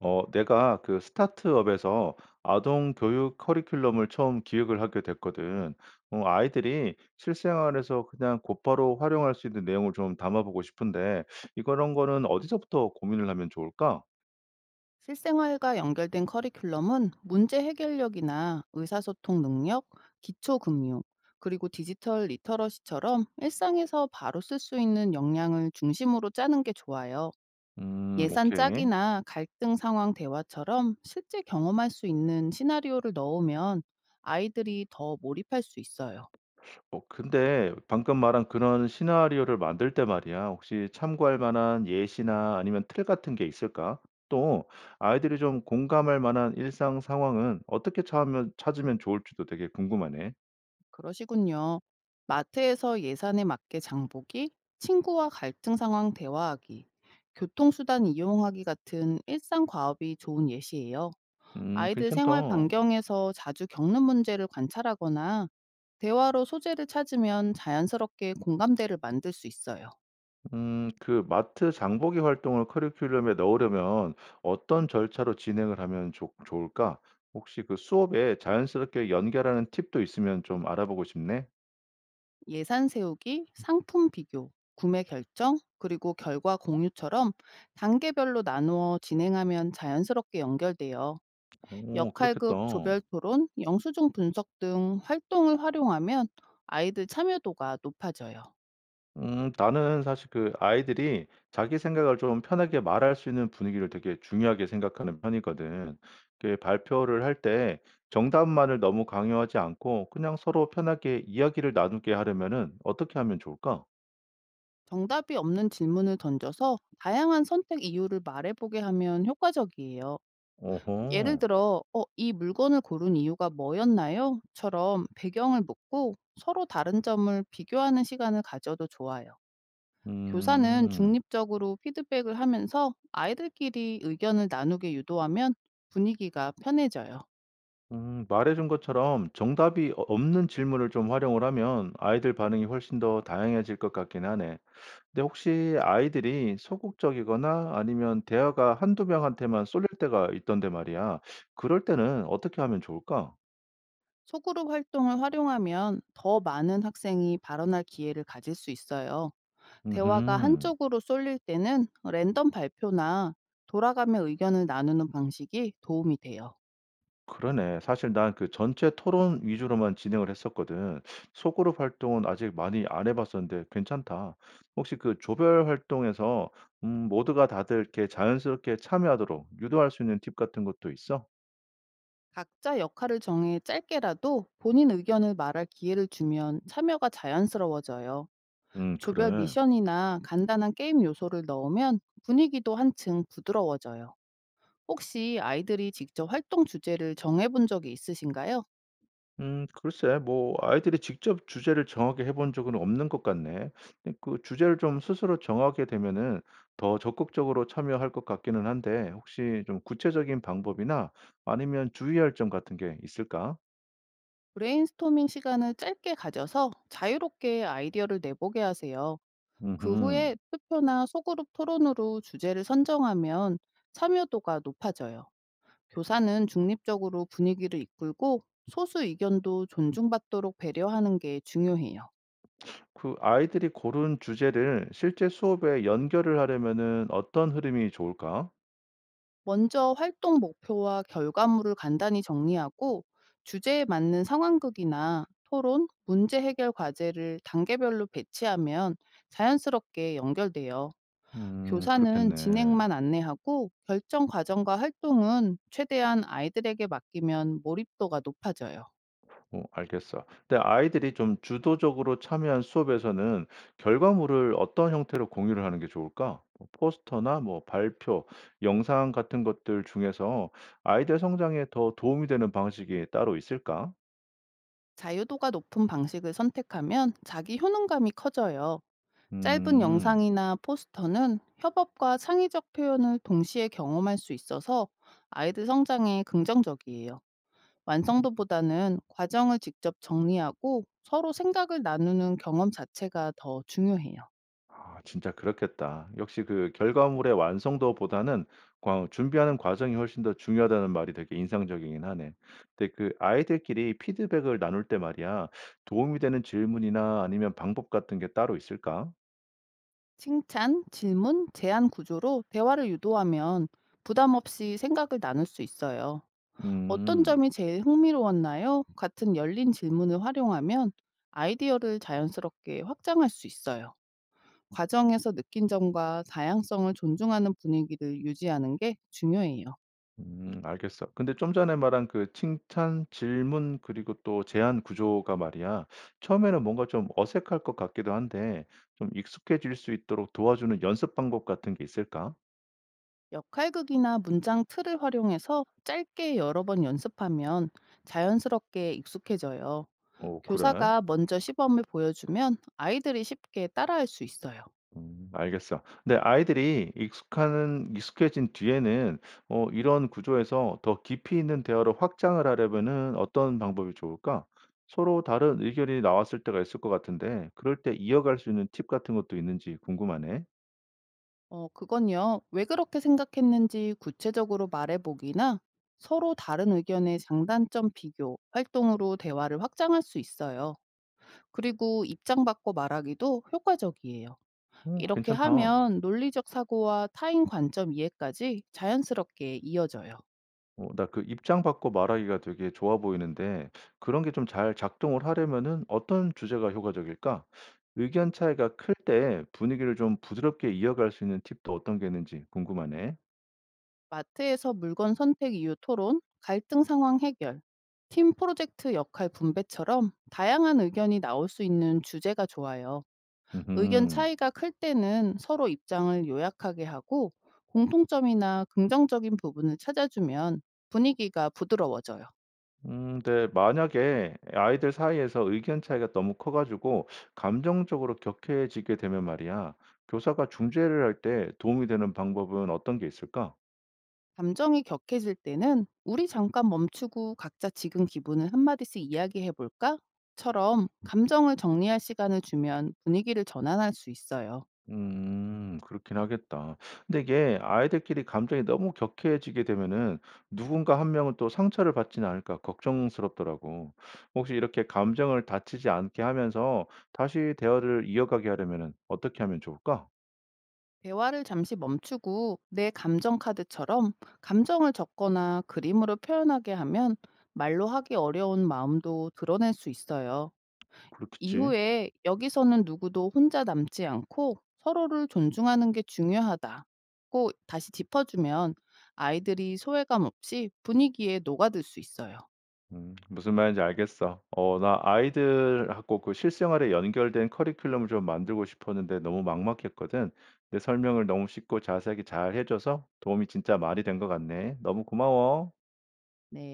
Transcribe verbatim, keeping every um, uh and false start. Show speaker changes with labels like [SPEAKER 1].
[SPEAKER 1] 어, 내가 그 스타트업에서 아동 교육 커리큘럼을 처음 기획을 하게 됐거든. 어, 아이들이 실생활에서 그냥 곧바로 활용할 수 있는 내용을 좀 담아보고 싶은데, 이런 거는 어디서부터 고민을 하면 좋을까?
[SPEAKER 2] 실생활과 연결된 커리큘럼은 문제 해결력이나 의사소통 능력, 기초금융, 그리고 디지털 리터러시처럼 일상에서 바로 쓸 수 있는 역량을 중심으로 짜는 게 좋아요.
[SPEAKER 1] 음,
[SPEAKER 2] 예산
[SPEAKER 1] 오케이.
[SPEAKER 2] 짝이나 갈등 상황 대화처럼 실제 경험할 수 있는 시나리오를 넣으면 아이들이 더 몰입할 수 있어요.
[SPEAKER 1] 어, 근데 방금 말한 그런 시나리오를 만들 때 말이야, 혹시 참고할 만한 예시나 아니면 틀 같은 게 있을까? 또 아이들이 좀 공감할 만한 일상 상황은 어떻게 찾으면, 찾으면 좋을지도 되게 궁금하네.
[SPEAKER 2] 그러시군요. 마트에서 예산에 맞게 장보기, 친구와 갈등 상황 대화하기, 교통수단 이용하기 같은 일상 과업이 좋은 예시예요.
[SPEAKER 1] 음,
[SPEAKER 2] 아이들
[SPEAKER 1] 괜찮다.
[SPEAKER 2] 생활 반경에서 자주 겪는 문제를 관찰하거나 대화로 소재를 찾으면 자연스럽게 공감대를 만들 수 있어요.
[SPEAKER 1] 음, 그 마트 장보기 활동을 커리큘럼에 넣으려면 어떤 절차로 진행을 하면 좋 좋을까? 혹시 그 수업에 자연스럽게 연결하는 팁도 있으면 좀 알아보고 싶네.
[SPEAKER 2] 예산 세우기, 상품 비교, 구매 결정, 그리고 결과 공유처럼 단계별로 나누어 진행하면 자연스럽게 연결돼요.
[SPEAKER 1] 오, 그렇겠다.
[SPEAKER 2] 역할극, 조별 토론, 영수증 분석 등 활동을 활용하면 아이들 참여도가 높아져요.
[SPEAKER 1] 음, 나는 사실 그 아이들이 자기 생각을 좀 편하게 말할 수 있는 분위기를 되게 중요하게 생각하는 편이거든. 그 발표를 할 때 정답만을 너무 강요하지 않고 그냥 서로 편하게 이야기를 나누게 하려면은 어떻게 하면 좋을까?
[SPEAKER 2] 정답이 없는 질문을 던져서 다양한 선택 이유를 말해보게 하면 효과적이에요. 예를
[SPEAKER 1] 오호.
[SPEAKER 2] 들어, 어, 이 물건을 고른 이유가 뭐였나요? 처럼 배경을 묻고 서로 다른 점을 비교하는 시간을 가져도 좋아요. 교사는
[SPEAKER 1] 음.
[SPEAKER 2] 중립적으로 피드백을 하면서 아이들끼리 의견을 나누게 유도하면 분위기가 편해져요.
[SPEAKER 1] 음, 말해 준 것처럼 정답이 어 없는 질문을 좀 활용을 하면 아이들 반응이 훨씬 더 다양해질 것 같긴 하네. 근데 혹시 아이들이 소극적이거나 아니면 대화가 한두 명한테만 쏠릴 때가 있던데 말이야. 그럴 때는 어떻게 하면 좋을까?
[SPEAKER 2] 소그룹 활동을 활용하면 더 많은 학생이 발언할 기회를 가질 수 있어요. 대화가
[SPEAKER 1] 음.
[SPEAKER 2] 한쪽으로 쏠릴 때는 랜덤 발표나 돌아가며 의견을 나누는 방식이 도움이 돼요.
[SPEAKER 1] 그러네. 사실 난 그 전체 토론 위주로만 진행을 했었거든. 소그룹 활동은 아직 많이 안 해봤었는데 괜찮다. 혹시 그 조별 활동에서 음, 모두가 다들 이렇게 자연스럽게 참여하도록 유도할 수 있는 팁 같은 것도 있어?
[SPEAKER 2] 각자 역할을 정해 짧게라도 본인 의견을 말할 기회를 주면 참여가 자연스러워져요.
[SPEAKER 1] 음,
[SPEAKER 2] 조별
[SPEAKER 1] 그래.
[SPEAKER 2] 미션이나 간단한 게임 요소를 넣으면 분위기도 한층 부드러워져요. 혹시 아이들이 직접 활동 주제를 정해본 적이 있으신가요?
[SPEAKER 1] 음, 글쎄, 뭐, 아이들이 직접 주제를 정하게 해본 적은 없는 것 같네. 근데 그 주제를 좀 스스로 정하게 되면은 더 적극적으로 참여할 것 같기는 한데, 혹시 좀 구체적인 방법이나 아니면 주의할 점 같은 게 있을까?
[SPEAKER 2] 브레인스토밍 시간을 짧게 가져서 자유롭게 아이디어를 내보게 하세요. 그
[SPEAKER 1] 음흠.
[SPEAKER 2] 후에 투표나 소그룹 토론으로 주제를 선정하면 참여도가 높아져요. 교사는 중립적으로 분위기를 이끌고 소수 의견도 존중받도록 배려하는 게 중요해요.
[SPEAKER 1] 그 아이들이 고른 주제를 실제 수업에 연결을 하려면은 어떤 흐름이 좋을까?
[SPEAKER 2] 먼저 활동 목표와 결과물을 간단히 정리하고 주제에 맞는 상황극이나 토론, 문제 해결 과제를 단계별로 배치하면 자연스럽게 연결돼요.
[SPEAKER 1] 음,
[SPEAKER 2] 교사는
[SPEAKER 1] 그렇겠네.
[SPEAKER 2] 진행만 안내하고 결정 과정과 활동은 최대한 아이들에게 맡기면 몰입도가 높아져요.
[SPEAKER 1] 어, 알겠어. 근데 아이들이 좀 주도적으로 참여한 수업에서는 결과물을 어떤 형태로 공유를 하는 게 좋을까? 뭐 포스터나 뭐 발표, 영상 같은 것들 중에서 아이들 성장에 더 도움이 되는 방식이 따로 있을까?
[SPEAKER 2] 자유도가 높은 방식을 선택하면 자기 효능감이 커져요. 짧은
[SPEAKER 1] 음.
[SPEAKER 2] 영상이나 포스터는 협업과 창의적 표현을 동시에 경험할 수 있어서 아이들 성장에 긍정적이에요. 완성도보다는 과정을 직접 정리하고 서로 생각을 나누는 경험 자체가 더 중요해요.
[SPEAKER 1] 아, 진짜 그렇겠다. 역시 그 결과물의 완성도보다는 과- 준비하는 과정이 훨씬 더 중요하다는 말이 되게 인상적이긴 하네. 근데 그 아이들끼리 피드백을 나눌 때 말이야, 도움이 되는 질문이나 아니면 방법 같은 게 따로 있을까?
[SPEAKER 2] 칭찬, 질문, 제안 구조로 대화를 유도하면 부담 없이 생각을 나눌 수 있어요. 어떤
[SPEAKER 1] 음.
[SPEAKER 2] 점이 제일 흥미로웠나요? 같은 열린 질문을 활용하면 아이디어를 자연스럽게 확장할 수 있어요. 과정에서 느낀 점과 다양성을 존중하는 분위기를 유지하는 게 중요해요.
[SPEAKER 1] 음, 알겠어. 근데 좀 전에 말한 그 칭찬, 질문 그리고 또 제안 구조가 말이야, 처음에는 뭔가 좀 어색할 것 같기도 한데 좀 익숙해질 수 있도록 도와주는 연습 방법 같은 게 있을까?
[SPEAKER 2] 역할극이나 문장 틀을 활용해서 짧게 여러 번 연습하면 자연스럽게 익숙해져요.
[SPEAKER 1] 오, 그래?
[SPEAKER 2] 교사가 먼저 시범을 보여주면 아이들이 쉽게 따라할 수 있어요.
[SPEAKER 1] 음, 알겠어. 근데 아이들이 익숙한 익숙해진 뒤에는 어 이런 구조에서 더 깊이 있는 대화로 확장을 하려면은 어떤 방법이 좋을까? 서로 다른 의견이 나왔을 때가 있을 것 같은데 그럴 때 이어갈 수 있는 팁 같은 것도 있는지 궁금하네.
[SPEAKER 2] 어, 그건요, 왜 그렇게 생각했는지 구체적으로 말해보기나 서로 다른 의견의 장단점 비교, 활동으로 대화를 확장할 수 있어요. 그리고 입장 바꿔 말하기도 효과적이에요.
[SPEAKER 1] 오,
[SPEAKER 2] 이렇게
[SPEAKER 1] 괜찮다.
[SPEAKER 2] 하면 논리적 사고와 타인 관점 이해까지 자연스럽게 이어져요.
[SPEAKER 1] 어 나 그 입장 바꿔 말하기가 되게 좋아 보이는데 그런 게 좀 잘 작동을 하려면은 어떤 주제가 효과적일까? 의견 차이가 클 때 분위기를 좀 부드럽게 이어갈 수 있는 팁도 어떤 게 있는지 궁금하네.
[SPEAKER 2] 마트에서 물건 선택 이유 토론, 갈등 상황 해결, 팀 프로젝트 역할 분배처럼 다양한 의견이 나올 수 있는 주제가 좋아요. 의견
[SPEAKER 1] 음흠.
[SPEAKER 2] 차이가 클 때는 서로 입장을 요약하게 하고 공통점이나 긍정적인 부분을 찾아주면 분위기가 부드러워져요.
[SPEAKER 1] 음, 근데 만약에 아이들 사이에서 의견 차이가 너무 커 가지고 감정적으로 격해지게 되면 말이야. 교사가 중재를 할 때 도움이 되는 방법은 어떤 게 있을까?
[SPEAKER 2] 감정이 격해질 때는 우리 잠깐 멈추고 각자 지금 기분을 한마디씩 이야기해 볼까? 처럼 감정을 정리할 시간을 주면 분위기를 전환할 수 있어요.
[SPEAKER 1] 음, 그렇긴 하겠다. 근데 이게 아이들끼리 감정이 너무 격해지게 되면은 누군가 한 명은 또 상처를 받지는 않을까 걱정스럽더라고. 혹시 이렇게 감정을 다치지 않게 하면서 다시 대화를 이어가게 하려면은 어떻게 하면 좋을까?
[SPEAKER 2] 대화를 잠시 멈추고 내 감정 카드처럼 감정을 적거나 그림으로 표현하게 하면 말로 하기 어려운 마음도 드러낼 수 있어요.
[SPEAKER 1] 그렇겠지.
[SPEAKER 2] 이후에 여기서는 누구도 혼자 남지 않고 서로를 존중하는 게 중요하다고 다시 짚어주면 아이들이 소외감 없이 분위기에 녹아들 수 있어요.
[SPEAKER 1] 음, 무슨 말인지 알겠어. 어 나 아이들하고 그 실생활에 연결된 커리큘럼을 좀 만들고 싶었는데 너무 막막했거든. 내 설명을 너무 쉽고 자세하게 잘 해줘서 도움이 진짜 많이 된 것 같네. 너무 고마워.
[SPEAKER 2] 네.